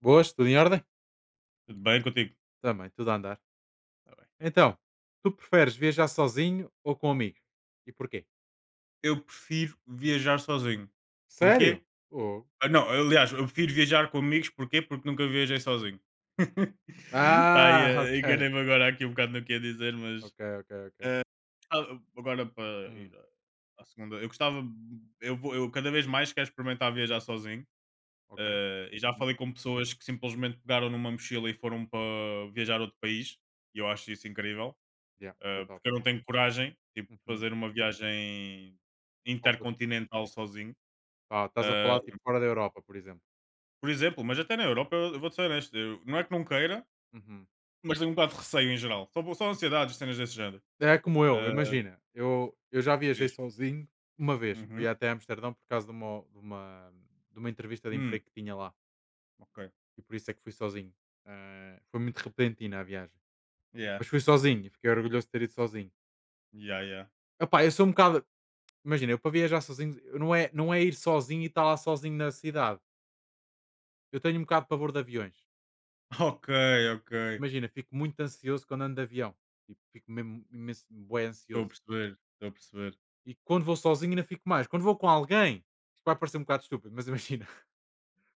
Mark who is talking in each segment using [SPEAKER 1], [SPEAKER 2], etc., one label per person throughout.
[SPEAKER 1] Boas, tudo em ordem?
[SPEAKER 2] Tudo bem contigo?
[SPEAKER 1] Também, tudo a andar.
[SPEAKER 2] Tá bem.
[SPEAKER 1] Então, tu preferes viajar sozinho ou com amigos? E porquê?
[SPEAKER 2] Eu prefiro viajar sozinho.
[SPEAKER 1] Sério?
[SPEAKER 2] Porquê?
[SPEAKER 1] Oh.
[SPEAKER 2] Ah, não, aliás, eu prefiro viajar com amigos. Porquê? Porque nunca viajei sozinho. Tá aí,
[SPEAKER 1] Ah, ok.
[SPEAKER 2] enganei-me agora aqui um bocado no que ia dizer, mas
[SPEAKER 1] Ok, ok, ok.
[SPEAKER 2] ah, agora para ir
[SPEAKER 1] Hum,
[SPEAKER 2] à segunda. Eu gostava, eu cada vez mais quero experimentar viajar sozinho.
[SPEAKER 1] ok.
[SPEAKER 2] E já
[SPEAKER 1] Uhum.
[SPEAKER 2] falei com pessoas que simplesmente pegaram numa mochila e foram para viajar a outro país. E eu acho isso incrível.
[SPEAKER 1] Yeah, é
[SPEAKER 2] Ah,
[SPEAKER 1] top.
[SPEAKER 2] porque eu não tenho coragem, tipo, de
[SPEAKER 1] Uhum.
[SPEAKER 2] fazer uma viagem
[SPEAKER 1] Compa-
[SPEAKER 2] intercontinental sozinho.
[SPEAKER 1] Pá, estás a
[SPEAKER 2] Ah,
[SPEAKER 1] falar tipo fora da Europa, por exemplo.
[SPEAKER 2] por exemplo, mas até na Europa, eu vou-te ser honesto, não é que não queira,
[SPEAKER 1] Uhum.
[SPEAKER 2] mas tenho um bocado de receio em geral. Só ansiedades, cenas desse género.
[SPEAKER 1] É como eu,
[SPEAKER 2] Ah,
[SPEAKER 1] imagina. Eu já viajei
[SPEAKER 2] diz.
[SPEAKER 1] sozinho uma vez. Fui
[SPEAKER 2] Uhum.
[SPEAKER 1] até Amsterdão por causa de uma entrevista de
[SPEAKER 2] Hum,
[SPEAKER 1] emprego que tinha lá.
[SPEAKER 2] ok.
[SPEAKER 1] E por isso é que fui sozinho. Foi muito repentina a viagem.
[SPEAKER 2] Yeah.
[SPEAKER 1] Mas fui sozinho e fiquei orgulhoso de ter ido sozinho.
[SPEAKER 2] Yeah, yeah.
[SPEAKER 1] Epá, eu sou um bocado imagina, eu para viajar sozinho, eu não é ir sozinho e estar lá sozinho na cidade. Eu tenho um bocado de pavor de aviões.
[SPEAKER 2] Ok, ok.
[SPEAKER 1] Imagina, fico muito ansioso quando ando de avião. Tipo, fico mesmo imenso bué
[SPEAKER 2] Estou a
[SPEAKER 1] ansioso.
[SPEAKER 2] perceber, estou a perceber.
[SPEAKER 1] E quando vou sozinho ainda fico mais. Quando vou com alguém, isto vai parecer um bocado estúpido, mas imagina,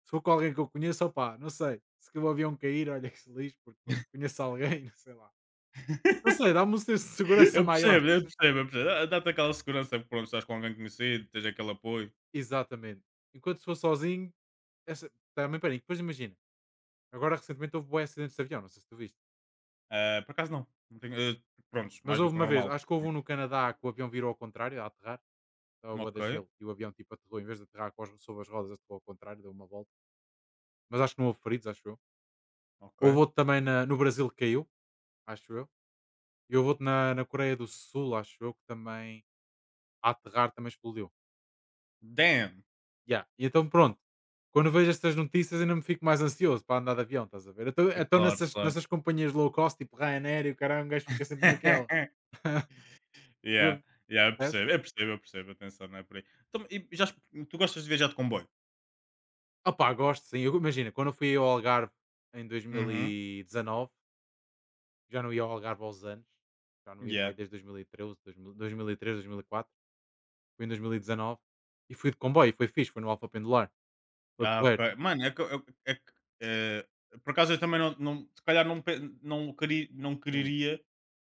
[SPEAKER 1] se vou com alguém que eu conheço, opá, não sei, se que o avião cair, olha que se lixe, porque pronto, conheço alguém, não sei lá. Não sei, dá-me um senso de segurança
[SPEAKER 2] Eu
[SPEAKER 1] maior.
[SPEAKER 2] percebo,
[SPEAKER 1] Não
[SPEAKER 2] eu
[SPEAKER 1] sei.
[SPEAKER 2] percebo, eu percebo. Dá-te aquela segurança, porque pronto, estás com alguém conhecido, tens aquele apoio.
[SPEAKER 1] Exatamente. Enquanto se for sozinho, essa também pânico. Depois imagina, agora recentemente houve bué acidentes de avião, não sei se tu viste,
[SPEAKER 2] Ah, por acaso não. Não tenho, pronto,
[SPEAKER 1] mas
[SPEAKER 2] mais do
[SPEAKER 1] houve
[SPEAKER 2] que o
[SPEAKER 1] uma vez,
[SPEAKER 2] normal.
[SPEAKER 1] acho que houve um no Canadá que o avião virou ao contrário a aterrar, estava bué
[SPEAKER 2] Ok,
[SPEAKER 1] de gelo e o avião tipo aterrou, em vez de aterrar com as sobre as rodas, aterrou ao contrário, deu uma volta, mas acho que não houve feridos, acho eu.
[SPEAKER 2] ok.
[SPEAKER 1] Houve outro também na no Brasil que caiu, acho eu, e houve outro na Coreia do Sul, acho eu, que também a aterrar também explodiu.
[SPEAKER 2] Damn!
[SPEAKER 1] Yeah. E então pronto, quando vejo estas notícias ainda me fico mais ansioso para andar de avião, estás a ver? Então
[SPEAKER 2] É
[SPEAKER 1] então
[SPEAKER 2] claro,
[SPEAKER 1] nessas
[SPEAKER 2] claro.
[SPEAKER 1] nessas companhias low cost, tipo Ryanair e o caralho, um gajo fica sempre naquela.
[SPEAKER 2] Yeah, yeah, eu
[SPEAKER 1] Certo.
[SPEAKER 2] percebo, eu percebo, eu percebo, atenção, não é por aí. Então, e já exp tu gostas de viajar de comboio?
[SPEAKER 1] Opá, gosto sim. Eu, imagina, quando eu fui ao Algarve em dois mil
[SPEAKER 2] Uhum,
[SPEAKER 1] e dezanove, já não ia ao Algarve aos anos, já não ia para
[SPEAKER 2] yeah.
[SPEAKER 1] aí desde dois mil e treze, dois mil e treze, dois mil e quatro, fui em 2019 e dezanove e fui de comboio, foi fixe, foi no Alfa Pendular, foi
[SPEAKER 2] Ah,
[SPEAKER 1] porreiro.
[SPEAKER 2] ok. Mano, é que eu é que, eh, por acaso eu também se calhar não queria, não
[SPEAKER 1] Hum.
[SPEAKER 2] quereria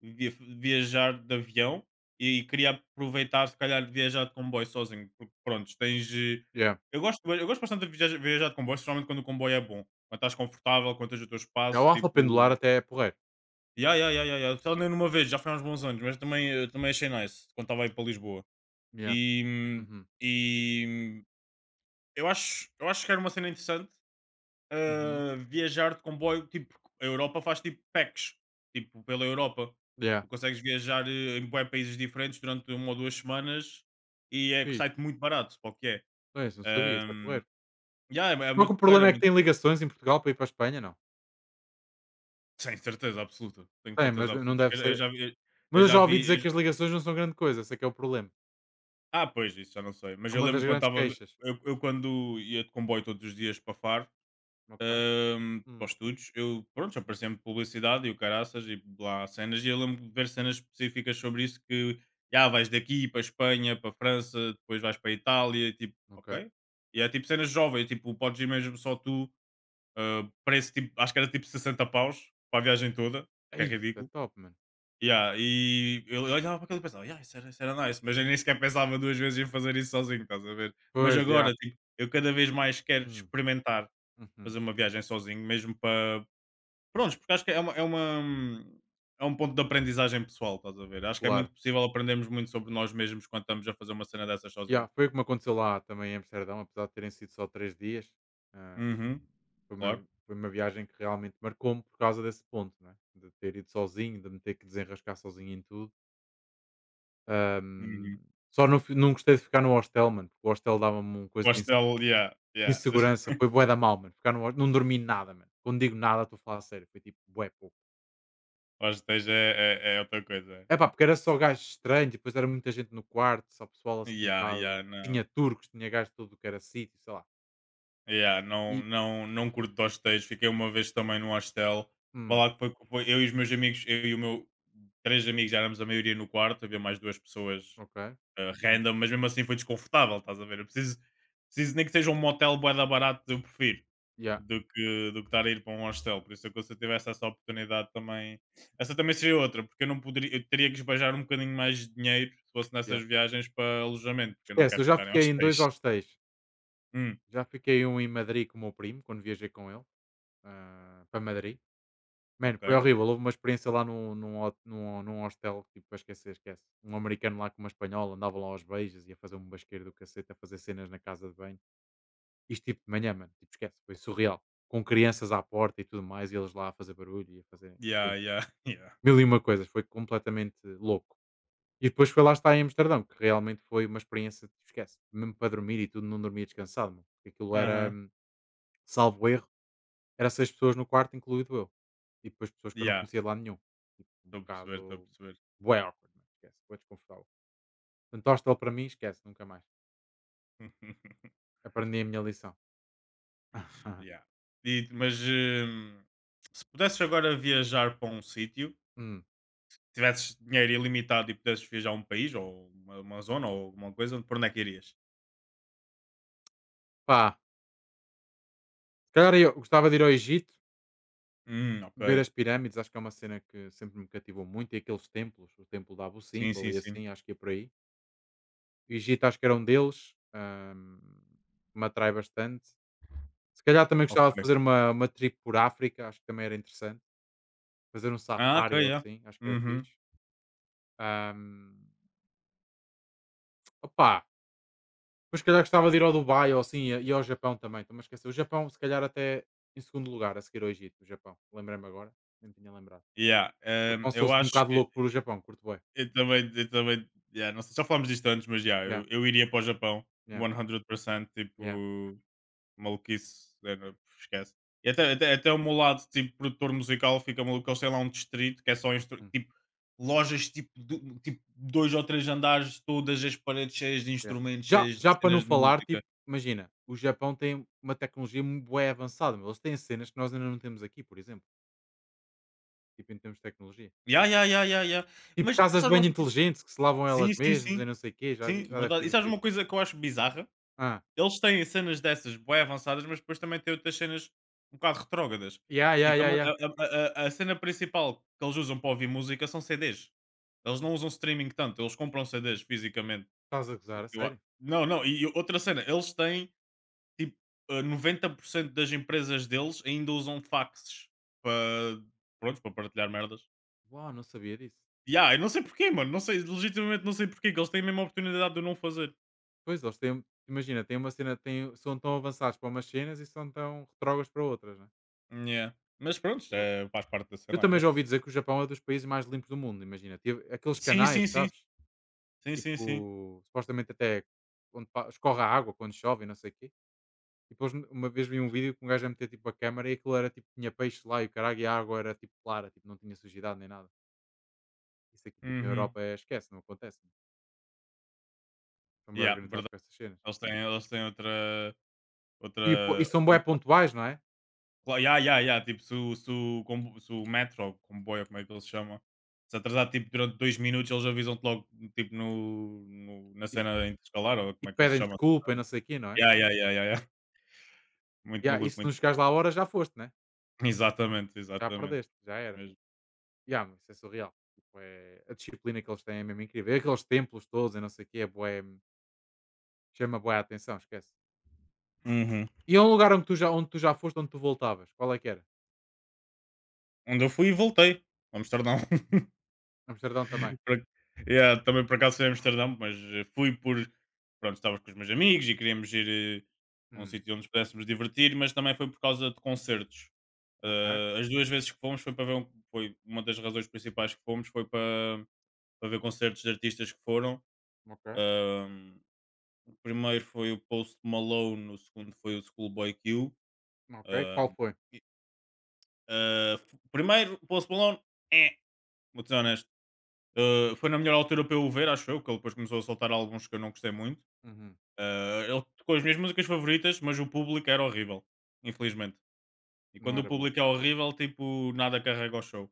[SPEAKER 2] via viajar de avião e queria aproveitar se calhar de viajar de comboio sozinho, porque prontos, tens,
[SPEAKER 1] Yeah.
[SPEAKER 2] eu gosto bastante de viajar de comboio, especialmente quando o comboio é bom, quando estás confortável, quando tens o teu
[SPEAKER 1] Yeah, o
[SPEAKER 2] espaço,
[SPEAKER 1] Alfa Pendular
[SPEAKER 2] tipo.
[SPEAKER 1] até é porreiro.
[SPEAKER 2] Ya, ya, ya, ya, ya. Só andei numa vez, já foi há uns bons anos, mas também, também achei nice quando estava aí para Lisboa.
[SPEAKER 1] Yeah.
[SPEAKER 2] E,
[SPEAKER 1] Uhum.
[SPEAKER 2] e hum, eu acho que era uma cena interessante,
[SPEAKER 1] Uhum.
[SPEAKER 2] viajar de comboio, tipo, a Europa faz tipo packs, tipo, pela Europa.
[SPEAKER 1] Yeah.
[SPEAKER 2] Tu consegues viajar, em bué países diferentes durante 1 ou 2 semanas, e é que
[SPEAKER 1] Fixe.
[SPEAKER 2] sai-te muito barato, para o que é.
[SPEAKER 1] Não, isso não sabia, isso é
[SPEAKER 2] Ahm,
[SPEAKER 1] porreiro.
[SPEAKER 2] ya, é
[SPEAKER 1] Só que
[SPEAKER 2] muito
[SPEAKER 1] o
[SPEAKER 2] porreiro, é
[SPEAKER 1] problema é que
[SPEAKER 2] muito.
[SPEAKER 1] tem ligações em Portugal para ir para a Espanha, não?
[SPEAKER 2] Sem certeza absoluta, tenho
[SPEAKER 1] Tem, mas
[SPEAKER 2] certeza
[SPEAKER 1] não
[SPEAKER 2] absoluta que
[SPEAKER 1] deve ser. Mas
[SPEAKER 2] Eu
[SPEAKER 1] eu
[SPEAKER 2] já
[SPEAKER 1] já ouvi
[SPEAKER 2] vi.
[SPEAKER 1] dizer que as ligações não são grande coisa, esse é que é o problema.
[SPEAKER 2] Ah, pois, isso já não sei. Mas
[SPEAKER 1] É
[SPEAKER 2] eu
[SPEAKER 1] uma das
[SPEAKER 2] lembro quando
[SPEAKER 1] grandes
[SPEAKER 2] estava.
[SPEAKER 1] queixas.
[SPEAKER 2] Eu quando ia de comboio todos os dias para Faro,
[SPEAKER 1] Ok?
[SPEAKER 2] para
[SPEAKER 1] Hum.
[SPEAKER 2] os estudos, eu, pronto, já aparecia-me publicidade e o caraças e lá cenas. E eu lembro-me de ver cenas específicas sobre isso. Que já vais daqui para Espanha, para França, depois vais para Itália, e tipo,
[SPEAKER 1] Ok.
[SPEAKER 2] ok. E é tipo cenas jovens, tipo, podes ir mesmo só tu, preço tipo, acho que era tipo 60 paus para a viagem toda,
[SPEAKER 1] É
[SPEAKER 2] que é
[SPEAKER 1] isso, é
[SPEAKER 2] ridículo.
[SPEAKER 1] top, mano.
[SPEAKER 2] Yeah, e eu olhava para aquilo e pensava: "Yeah, isso era, isso era nice", mas eu nem sequer pensava 2 vezes em fazer isso sozinho, estás a ver? Mas
[SPEAKER 1] Pois, já.
[SPEAKER 2] agora, tipo, eu cada vez mais quero
[SPEAKER 1] Hum,
[SPEAKER 2] experimentar
[SPEAKER 1] uhum,
[SPEAKER 2] fazer uma viagem sozinho, mesmo para, prontos, porque acho que é uma é uma é um ponto de aprendizagem pessoal, estás a ver? Acho que é muito
[SPEAKER 1] claro.
[SPEAKER 2] possível aprendermos muito sobre nós mesmos quando estamos a fazer uma cena dessas sozinho.
[SPEAKER 1] Já, foi o que me aconteceu lá também em Amsterdão, apesar de terem sido só três dias. ah,
[SPEAKER 2] Uhum, claro.
[SPEAKER 1] Foi uma viagem que realmente marcou-me por causa desse ponto, né? De ter ido sozinho, de me ter que desenrascar sozinho em tudo. Ahm,
[SPEAKER 2] Uhum.
[SPEAKER 1] Só não, não gostei de ficar no hostel, mano, porque o hostel dava-me uma coisa
[SPEAKER 2] O
[SPEAKER 1] de
[SPEAKER 2] hostel, yeah, yeah.
[SPEAKER 1] insegurança. Foi bué da mal, mano. Ficar no, não dormi nada, mano. Quando digo nada, estou a falar a sério. Foi tipo bué.
[SPEAKER 2] O hostéis é outra coisa.
[SPEAKER 1] É pá, porque era só gajo estranho, depois era muita gente no quarto, só pessoal assim um
[SPEAKER 2] Yeah, yeah,
[SPEAKER 1] bocado, tinha
[SPEAKER 2] não.
[SPEAKER 1] turcos, tinha gajo de tudo o que era sítio, sei lá.
[SPEAKER 2] Yeah, não,
[SPEAKER 1] E,
[SPEAKER 2] não, não curto de hostéis. Fiquei uma vez também num hostel. Vá
[SPEAKER 1] hum,
[SPEAKER 2] lá que foi, eu e os meus amigos, eu e o meu três amigos, já éramos a maioria no quarto, havia mais duas pessoas
[SPEAKER 1] ok. Uhum.
[SPEAKER 2] random, mas mesmo assim foi desconfortável, estás a ver? Eu preciso, preciso nem que seja um motel bué da barato, eu prefiro
[SPEAKER 1] Yeah,
[SPEAKER 2] do que estar a ir para um hostel. Por isso é que se eu tivesse essa oportunidade também. Essa também seria outra, porque eu não poderia, eu teria que esbanjar um bocadinho mais de dinheiro se fosse
[SPEAKER 1] yeah.
[SPEAKER 2] nessas viagens para alojamento, porque eu não
[SPEAKER 1] Esquece,
[SPEAKER 2] quero
[SPEAKER 1] eu já
[SPEAKER 2] ficar em
[SPEAKER 1] fiquei em 2
[SPEAKER 2] hostéis.
[SPEAKER 1] hostéis.
[SPEAKER 2] Hum,
[SPEAKER 1] Já fiquei um em Madrid com o meu primo, quando viajei com ele, para Madrid. Mano,
[SPEAKER 2] ok.
[SPEAKER 1] foi horrível, houve uma experiência lá num hostel, tipo, para esquecer, esquece. Um americano lá com uma espanhola, andavam lá aos beijos, ia fazer um basqueiro do cacete, a fazer cenas na casa de banho. Isto tipo de manhã, mano, tipo esquece, foi surreal. Com crianças à porta e tudo mais, e eles lá a fazer barulho e a fazer
[SPEAKER 2] Yeah,
[SPEAKER 1] enfim,
[SPEAKER 2] yeah, yeah.
[SPEAKER 1] mil e uma coisas, foi completamente louco. E depois foi lá estar em Amsterdão, que realmente foi uma experiência, tipo, esquece, mesmo para dormir e tudo, não dormia descansado, mano, porque aquilo era,
[SPEAKER 2] Aham.
[SPEAKER 1] salvo erro, era seis pessoas no quarto, incluído eu. E depois pessoas que eu não
[SPEAKER 2] Yeah.
[SPEAKER 1] conhecia de lado nenhum. Tipo, um
[SPEAKER 2] Estou a perceber, estou a
[SPEAKER 1] bocado
[SPEAKER 2] perceber.
[SPEAKER 1] bué awkward, mano, esquece, bué desconfortável. Portanto, hostel para mim, esquece, nunca mais. Aprendi a minha lição.
[SPEAKER 2] Yeah. Mas se pudesses agora viajar para um sítio,
[SPEAKER 1] Hum,
[SPEAKER 2] tivesses dinheiro ilimitado e pudesses viajar a um país ou uma zona ou alguma coisa, por onde é que irias?
[SPEAKER 1] Pá, se calhar eu gostava de ir ao Egito, ver
[SPEAKER 2] Ok.
[SPEAKER 1] as pirâmides. Acho que é uma cena que sempre me cativou muito, e aqueles templos, o templo de Abu
[SPEAKER 2] Sim,
[SPEAKER 1] Simbel
[SPEAKER 2] sim,
[SPEAKER 1] e
[SPEAKER 2] sim.
[SPEAKER 1] assim, acho que é por aí. O Egito acho que era um deles, que me atrai bastante. Se calhar também
[SPEAKER 2] Ok.
[SPEAKER 1] gostava de fazer uma trip por África, acho que também era interessante. Fazer um
[SPEAKER 2] Ah, ok,
[SPEAKER 1] safari ou
[SPEAKER 2] yeah.
[SPEAKER 1] assim, acho que era
[SPEAKER 2] Uhum.
[SPEAKER 1] fixe. Hum, Opá, mas se calhar gostava de ir ao Dubai ou assim, e ao Japão também, estou-me a esquecer. O Japão, se calhar até em segundo lugar, a seguir ao Egito, o Japão. Lembrei-me agora, nem me tinha lembrado.
[SPEAKER 2] Yeah.
[SPEAKER 1] O Japão, sou
[SPEAKER 2] Eu
[SPEAKER 1] assim um
[SPEAKER 2] acho
[SPEAKER 1] bocado
[SPEAKER 2] que
[SPEAKER 1] louco pelo Japão, curto bem.
[SPEAKER 2] eu também, eu também, yeah, não sei, já falámos disto antes, mas yeah,
[SPEAKER 1] Yeah,
[SPEAKER 2] eu iria para o Japão
[SPEAKER 1] yeah,
[SPEAKER 2] 100%,
[SPEAKER 1] yeah.
[SPEAKER 2] tipo. Maluquice, esquece. E até o meu lado, tipo, produtor musical, fica maluco. Eu sei lá, um distrito que é só
[SPEAKER 1] Uhum.
[SPEAKER 2] tipo, lojas, tipo, tipo, dois ou três andares, todas as paredes cheias de
[SPEAKER 1] É.
[SPEAKER 2] instrumentos,
[SPEAKER 1] Já,
[SPEAKER 2] cheias de
[SPEAKER 1] já para não
[SPEAKER 2] cenas de
[SPEAKER 1] falar,
[SPEAKER 2] música.
[SPEAKER 1] tipo, imagina, o Japão tem uma tecnologia bué avançada, meu. Eles têm cenas que nós ainda não temos aqui, por exemplo, tipo em termos de tecnologia.
[SPEAKER 2] Ya, ya, ya, ya, ya.
[SPEAKER 1] Tipo
[SPEAKER 2] Mas,
[SPEAKER 1] casas de banho
[SPEAKER 2] sabes, uma
[SPEAKER 1] inteligentes que se lavam elas
[SPEAKER 2] sim, sim,
[SPEAKER 1] mesmas e
[SPEAKER 2] sim,
[SPEAKER 1] não sei o quê,
[SPEAKER 2] sim,
[SPEAKER 1] já deves
[SPEAKER 2] verdade.
[SPEAKER 1] ter
[SPEAKER 2] E
[SPEAKER 1] visto
[SPEAKER 2] sabes uma
[SPEAKER 1] isso.
[SPEAKER 2] coisa que eu acho bizarra?
[SPEAKER 1] Ah,
[SPEAKER 2] Eles têm cenas dessas bué avançadas, mas depois também têm outras cenas um bocado retrógradas.
[SPEAKER 1] ya, ya,
[SPEAKER 2] Tipo, a
[SPEAKER 1] ya,
[SPEAKER 2] ma
[SPEAKER 1] ya.
[SPEAKER 2] a cena principal que eles usam para ouvir música são CDs. Eles não usam streaming tanto, eles compram CDs fisicamente,
[SPEAKER 1] Estás a
[SPEAKER 2] o
[SPEAKER 1] gozar, a
[SPEAKER 2] que eu a
[SPEAKER 1] sério?
[SPEAKER 2] não, não. E outra cena, eles têm, tipo, 90% das empresas deles ainda usam faxes para, pronto, para partilhar merdas.
[SPEAKER 1] Uau, não sabia disso.
[SPEAKER 2] Yeah, eu não sei porquê, mano, não sei, legitimamente não sei porquê, que eles têm a mesma oportunidade de o não fazer.
[SPEAKER 1] Pois, eles têm, imagina, têm uma cena, têm, são tão avançados para umas cenas e são tão retrógrados para outras, né?
[SPEAKER 2] Yeah. Mas pronto,
[SPEAKER 1] Muito louco.
[SPEAKER 2] faz parte da
[SPEAKER 1] Eu
[SPEAKER 2] cena, I
[SPEAKER 1] também já ouvi
[SPEAKER 2] guess.
[SPEAKER 1] dizer que o Japão é dos países mais limpos do mundo, imagina. Teve aqueles
[SPEAKER 2] Sim,
[SPEAKER 1] canais,
[SPEAKER 2] sim, sim.
[SPEAKER 1] sabes?
[SPEAKER 2] Sim, sim, sim.
[SPEAKER 1] Tipo, supostamente até onde pa escorre a água quando chove e não sei o quê. E depois uma vez vi um vídeo, que um gajo a meter tipo a câmara e aquilo era tipo, tinha peixe lá e o caralho e a água era tipo clara, tipo não tinha sujidade nem nada. Isso aqui tipo na
[SPEAKER 2] Uhum.
[SPEAKER 1] Europa é esquece, não acontece, né? São bem
[SPEAKER 2] Yeah,
[SPEAKER 1] organizados
[SPEAKER 2] verdade.
[SPEAKER 1] com essas cenas.
[SPEAKER 2] Eles têm outra.
[SPEAKER 1] E
[SPEAKER 2] Outra.
[SPEAKER 1] são bué pontuais, não é?
[SPEAKER 2] Claro, yeah, yeah, yeah. Tipo, se o metro, ou comboio, como é que ele se chama, se atrasar tipo durante 2 minutos, eles avisam-te logo tipo na
[SPEAKER 1] E
[SPEAKER 2] cena interescalar, ou
[SPEAKER 1] e
[SPEAKER 2] como é que ele se
[SPEAKER 1] pedem
[SPEAKER 2] chama.
[SPEAKER 1] desculpa e não sei o quê, não é?
[SPEAKER 2] Yeah, yeah, yeah, yeah, yeah. Muito
[SPEAKER 1] Ya, e
[SPEAKER 2] maluco,
[SPEAKER 1] se não
[SPEAKER 2] muito.
[SPEAKER 1] chegares lá à hora já foste, né?
[SPEAKER 2] Exatamente,
[SPEAKER 1] Já
[SPEAKER 2] exatamente.
[SPEAKER 1] perdeste, já era.
[SPEAKER 2] Mesmo.
[SPEAKER 1] Ya, mas isso é surreal. Tipo, é a disciplina que eles têm é mesmo incrível. E aqueles templos todos e não sei o quê, é bué chama bué a atenção, esquece.
[SPEAKER 2] Uhum.
[SPEAKER 1] E é um lugar onde tu já foste, onde tu voltavas? Qual é que era?
[SPEAKER 2] Onde eu fui e voltei. Vamos tornar.
[SPEAKER 1] Amsterdão também?
[SPEAKER 2] Por- Yeah, também por acaso foi a Amsterdão, mas fui por. Pronto, estava com os meus amigos e queríamos ir, a um
[SPEAKER 1] Hum,
[SPEAKER 2] sítio onde nos pudéssemos divertir, mas também foi por causa de concertos.
[SPEAKER 1] ok,
[SPEAKER 2] As duas vezes que fomos foi para ver. Um, foi uma das razões principais que fomos foi para ver concertos de artistas que foram.
[SPEAKER 1] ok,
[SPEAKER 2] Ahm, o primeiro foi o Post Malone, o segundo foi o Schoolboy Q.
[SPEAKER 1] ok. Qual
[SPEAKER 2] Ahm,
[SPEAKER 1] foi?
[SPEAKER 2] e- primeiro, o Post Malone, é, vou ser honesto. Foi na melhor altura para eu o ver, acho eu, que ele depois começou a soltar alguns que eu não gostei muito.
[SPEAKER 1] Uhum.
[SPEAKER 2] Ele tocou as minhas músicas favoritas, mas o público era horrível, infelizmente. E
[SPEAKER 1] Não
[SPEAKER 2] quando o
[SPEAKER 1] era bom.
[SPEAKER 2] público é horrível, tipo, nada carrega ao show.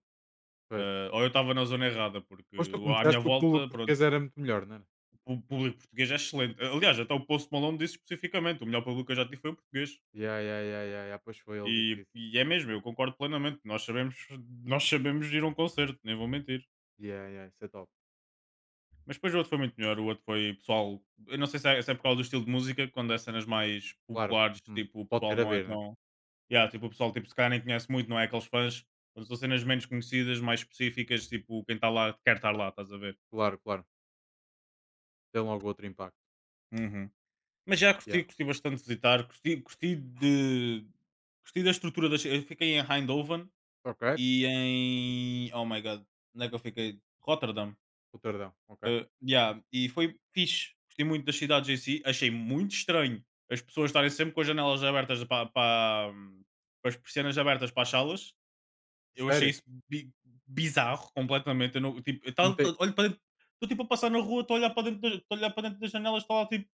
[SPEAKER 1] Pois.
[SPEAKER 2] Ou eu estava na zona errada, porque
[SPEAKER 1] Foste tu que me
[SPEAKER 2] à minha
[SPEAKER 1] disseste que o público
[SPEAKER 2] volta, pronto,
[SPEAKER 1] português era muito melhor, não era?
[SPEAKER 2] o público português é excelente. Aliás, até o Post Malone disse especificamente, o melhor público que eu já tive foi o português.
[SPEAKER 1] Ya, ya, ya, ya, ya, pois foi, ele disse
[SPEAKER 2] E,
[SPEAKER 1] isso.
[SPEAKER 2] e é mesmo, eu concordo plenamente. Nós sabemos ir a um concerto, nem vou mentir.
[SPEAKER 1] Ya, ya, isso é top.
[SPEAKER 2] Mas depois o outro foi muito melhor. O outro foi pessoal. Eu não sei se é por causa do estilo de música, quando é cenas mais
[SPEAKER 1] Claro.
[SPEAKER 2] populares,
[SPEAKER 1] Uhum.
[SPEAKER 2] tipo, o
[SPEAKER 1] Pode
[SPEAKER 2] pessoal
[SPEAKER 1] ter a
[SPEAKER 2] não é
[SPEAKER 1] ver, né?
[SPEAKER 2] tão. Yeah, tipo, o pessoal, tipo, se calhar nem conhece muito, não é aqueles fãs. Quando são cenas menos conhecidas, mais específicas, tipo, quem está lá quer estar lá, estás a ver?
[SPEAKER 1] Claro, claro. Tem logo outro impacto.
[SPEAKER 2] Uhum. Mas já
[SPEAKER 1] Yeah.
[SPEAKER 2] curti, curti bastante de visitar, curti, curti de. Curti da estrutura das. Eu fiquei em Eindhoven
[SPEAKER 1] Ok.
[SPEAKER 2] e em. Oh my god, onde é que eu fiquei? Rotterdam.
[SPEAKER 1] Putardão. Ok.
[SPEAKER 2] Yeah, e foi fixe. Gostei muito das cidades em si. Achei muito estranho as pessoas estarem sempre com as janelas abertas para, com as persianas abertas para as salas. Eu achei
[SPEAKER 1] Sério?
[SPEAKER 2] isso bi- bizarro completamente. Eu não, tipo,
[SPEAKER 1] Não tem
[SPEAKER 2] olho para dentro. Estou tipo a passar na rua, estou a olhar para dentro, tô a olhar para dentro das janelas, está lá tipo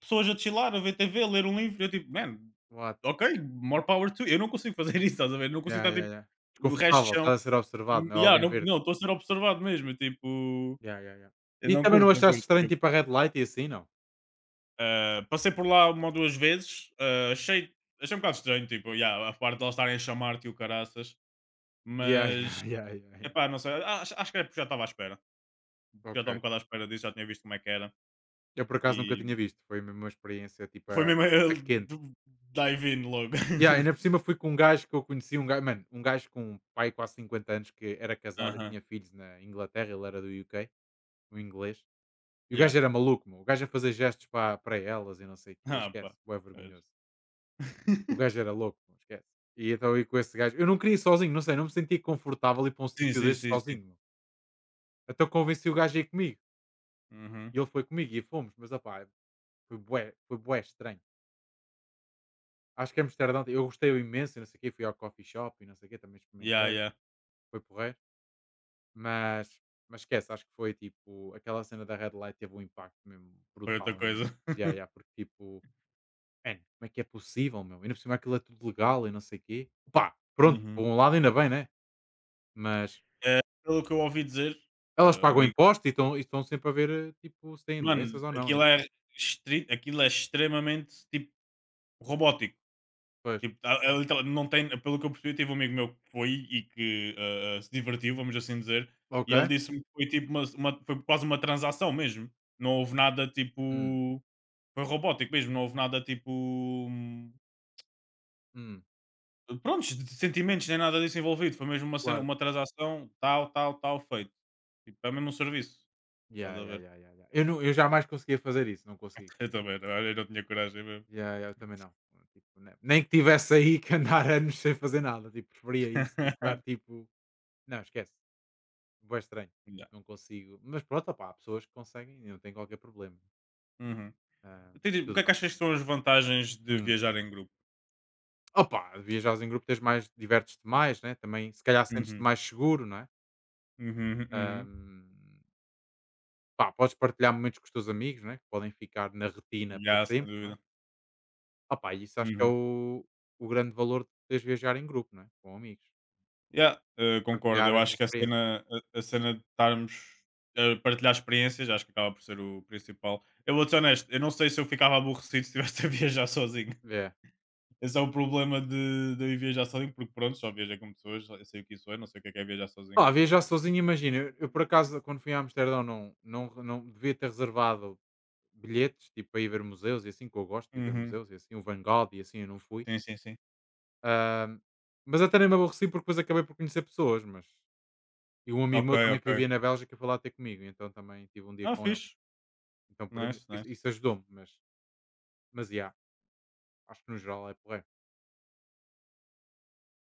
[SPEAKER 2] pessoas a chilar, a ver TV, a ler um livro. Eu tipo, man,
[SPEAKER 1] what?
[SPEAKER 2] ok, more power to you." Eu não consigo fazer isso, estás a ver? Eu não
[SPEAKER 1] Ya,
[SPEAKER 2] consigo estar
[SPEAKER 1] ya,
[SPEAKER 2] tipo
[SPEAKER 1] ya.
[SPEAKER 2] o resto de
[SPEAKER 1] Desconfortável,
[SPEAKER 2] chão.
[SPEAKER 1] estás a ser observado, não é
[SPEAKER 2] Yeah,
[SPEAKER 1] alguém ver-te.
[SPEAKER 2] não estou a ser observado mesmo. Tipo,
[SPEAKER 1] Ya, ya, ya.
[SPEAKER 2] eu
[SPEAKER 1] E
[SPEAKER 2] não
[SPEAKER 1] também não
[SPEAKER 2] curto, não
[SPEAKER 1] achaste
[SPEAKER 2] curto.
[SPEAKER 1] estranho tipo a red light e assim, não?
[SPEAKER 2] Passei por lá uma ou duas vezes, achei, achei um bocado estranho, tipo, yeah, a parte de elas estarem a chamar-te e o caraças,
[SPEAKER 1] Yeah,
[SPEAKER 2] mas
[SPEAKER 1] yeah, yeah, yeah, yeah.
[SPEAKER 2] epá, não sei, acho, acho que é porque já estava à espera, já estava um
[SPEAKER 1] Ok.
[SPEAKER 2] bocado à espera disso, já tinha visto como é que era
[SPEAKER 1] Eu por acaso nunca tinha
[SPEAKER 2] e
[SPEAKER 1] visto, foi mesmo uma experiência tipo
[SPEAKER 2] foi
[SPEAKER 1] a,
[SPEAKER 2] mesmo
[SPEAKER 1] a quente.
[SPEAKER 2] dive in logo.
[SPEAKER 1] Yeah, ainda por cima fui com um gajo que eu conheci, um gajo, mano, um gajo com um pai de quase 50 anos que era casado e
[SPEAKER 2] Aham,
[SPEAKER 1] tinha filhos na Inglaterra, ele era do UK, um inglês. E o
[SPEAKER 2] yeah.
[SPEAKER 1] gajo era maluco, meu. O gajo a fazer gestos para elas e não sei o que,
[SPEAKER 2] Ah, pá.
[SPEAKER 1] esquece, é
[SPEAKER 2] Pois.
[SPEAKER 1] vergonhoso. O gajo era louco, meu, esquece. E então eu ia com esse gajo, eu não queria ir sozinho, não sei, não me sentia confortável ir para um
[SPEAKER 2] Sim,
[SPEAKER 1] sítio
[SPEAKER 2] sim,
[SPEAKER 1] deste
[SPEAKER 2] sim, sim.
[SPEAKER 1] sozinho, meu. Então convenci o gajo a ir comigo,
[SPEAKER 2] Uhum.
[SPEAKER 1] e ele foi comigo e fomos, mas opá, foi bué estranho. Acho que Amsterdão eu gostei imenso e não sei o quê, fui ao coffee shop e não sei o quê, também
[SPEAKER 2] Yeah,
[SPEAKER 1] experimentei,
[SPEAKER 2] yeah.
[SPEAKER 1] foi porreiro, mas mas esquece, acho que foi tipo aquela cena da Red Light, teve um impacto mesmo
[SPEAKER 2] Foi outra
[SPEAKER 1] brutal em mim.
[SPEAKER 2] coisa.
[SPEAKER 1] Yeah, yeah, porque tipo, man, como é que é possível, meu? Ainda por cima aquilo é tudo legal e não sei o quê. Pá, pronto, por
[SPEAKER 2] Uhum.
[SPEAKER 1] um lado ainda bem, né? Mas
[SPEAKER 2] Pelo que eu ouvi dizer,
[SPEAKER 1] elas pagam
[SPEAKER 2] amigo,
[SPEAKER 1] imposto e estão sempre a ver, tipo, se têm
[SPEAKER 2] mano,
[SPEAKER 1] doenças ou não, né?
[SPEAKER 2] aquilo é, aquilo é extremamente tipo robótico.
[SPEAKER 1] Pois.
[SPEAKER 2] Tipo, a literal não tem, pelo que eu percebi, teve um amigo meu que foi e que, se divertiu, vamos assim dizer,
[SPEAKER 1] Ok.
[SPEAKER 2] e ele disse-me que foi tipo uma foi quase uma transação mesmo. Não houve nada
[SPEAKER 1] Hum,
[SPEAKER 2] tipo, foi robótico mesmo, não houve nada tipo, hum,
[SPEAKER 1] hum,
[SPEAKER 2] prontos, de sentimentos nem nada disso envolvido, foi mesmo uma cena,
[SPEAKER 1] claro.
[SPEAKER 2] uma transação, tal, tal, tal, feito. Tipo, é mesmo um serviço, estás
[SPEAKER 1] Yeah,
[SPEAKER 2] a
[SPEAKER 1] yeah,
[SPEAKER 2] ver?
[SPEAKER 1] yeah, yeah, yeah. Eu, não, eu jamais conseguia fazer isso, não consegui.
[SPEAKER 2] Eu também, olha, eu não tinha coragem mesmo.
[SPEAKER 1] Ya, ya, eu também não. Tipo, ne nem que tivesse aí que andar anos sem fazer nada, tipo, preferia isso do que estar tipo não, esquece, bué estranho,
[SPEAKER 2] Ya,
[SPEAKER 1] tipo, não consigo. Mas pronto, opá, há pessoas que conseguem e não tem qualquer problema.
[SPEAKER 2] uhum.
[SPEAKER 1] Ah,
[SPEAKER 2] Entendi. O
[SPEAKER 1] tudo
[SPEAKER 2] que é que
[SPEAKER 1] bem.
[SPEAKER 2] achas que são as vantagens de
[SPEAKER 1] Hum.
[SPEAKER 2] viajar em grupo?
[SPEAKER 1] Opá, viajares em grupo, tens mais divertes-te mais, né, também se calhar sentes-te
[SPEAKER 2] Uhum.
[SPEAKER 1] mais seguro, não é?
[SPEAKER 2] Uhum, uhum.
[SPEAKER 1] Hum, Pá, podes partilhar momentos com os teus amigos, não é, que podem ficar na retina para
[SPEAKER 2] Yeah, sem
[SPEAKER 1] sempre, não é?
[SPEAKER 2] dúvida.
[SPEAKER 1] Opá, isso acho que é
[SPEAKER 2] Uhum.
[SPEAKER 1] o grande valor de poderes viajar em grupo, não é, com amigos,
[SPEAKER 2] Yeah, concordo.
[SPEAKER 1] partilhar
[SPEAKER 2] Eu acho
[SPEAKER 1] essas
[SPEAKER 2] que a
[SPEAKER 1] experiências.
[SPEAKER 2] cena, a cena de estarmos a partilhar experiências, acho que acaba por ser o principal. Eu vou ser honesto, eu não sei se eu ficava aborrecido se estivesse a viajar sozinho.
[SPEAKER 1] É.
[SPEAKER 2] Esse é o problema de eu viajar sozinho, porque pronto, só viajei com pessoas, eu sei o que isso é, não sei o que é viajar sozinho.
[SPEAKER 1] Ah, viajar sozinho, imagina, eu por acaso, quando fui a Amsterdão, não, não, não devia ter reservado bilhetes, tipo, para ir ver museus e assim, que eu gosto de ir ver
[SPEAKER 2] Uhum.
[SPEAKER 1] museus e assim, o Van Gogh e assim, eu não fui.
[SPEAKER 2] Sim, sim, sim.
[SPEAKER 1] Ahm, mas até nem me aborreci, porque depois acabei por conhecer pessoas, mas... E um amigo
[SPEAKER 2] Ok,
[SPEAKER 1] meu também que
[SPEAKER 2] ok.
[SPEAKER 1] vivia na Bélgica foi lá ter comigo, então também tive um dia
[SPEAKER 2] Ah,
[SPEAKER 1] com ele.
[SPEAKER 2] fixe.
[SPEAKER 1] Então, por
[SPEAKER 2] Nice,
[SPEAKER 1] isso,
[SPEAKER 2] nice.
[SPEAKER 1] isso ajudou-me, mas... Mas, yeah, acho que no geral é porreiro.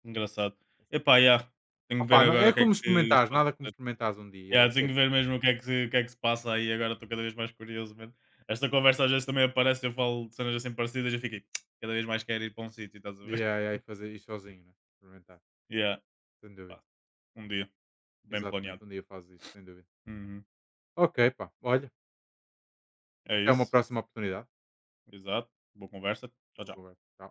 [SPEAKER 2] Engraçado. Epá, yeah. Tenho que
[SPEAKER 1] Opa,
[SPEAKER 2] ver
[SPEAKER 1] não, é
[SPEAKER 2] agora o que é
[SPEAKER 1] como
[SPEAKER 2] que se
[SPEAKER 1] experimentares,
[SPEAKER 2] pode
[SPEAKER 1] nada como
[SPEAKER 2] fazer.
[SPEAKER 1] experimentares um dia e
[SPEAKER 2] Yeah,
[SPEAKER 1] logo
[SPEAKER 2] tenho
[SPEAKER 1] vês.
[SPEAKER 2] que ver mesmo o que é que se, o que é que se passa aí. Agora estou cada vez mais curioso, mano. Esta conversa às vezes também aparece, eu falo de cenas assim parecidas e fico cada vez mais quero ir para um sítio, estás a
[SPEAKER 1] E
[SPEAKER 2] ver?
[SPEAKER 1] aí fazer isto sozinho, né? Experimentar,
[SPEAKER 2] Yeah,
[SPEAKER 1] sem dúvida.
[SPEAKER 2] pá, um dia, bem planeado.
[SPEAKER 1] Exatamente, um dia fazes isto, sem dúvida.
[SPEAKER 2] Uhum.
[SPEAKER 1] Ok, pá. Olha,
[SPEAKER 2] É
[SPEAKER 1] até uma
[SPEAKER 2] isso,
[SPEAKER 1] próxima oportunidade.
[SPEAKER 2] exato. Boa conversa. Tchau,
[SPEAKER 1] Uma
[SPEAKER 2] tchau.
[SPEAKER 1] conversa. Tchau.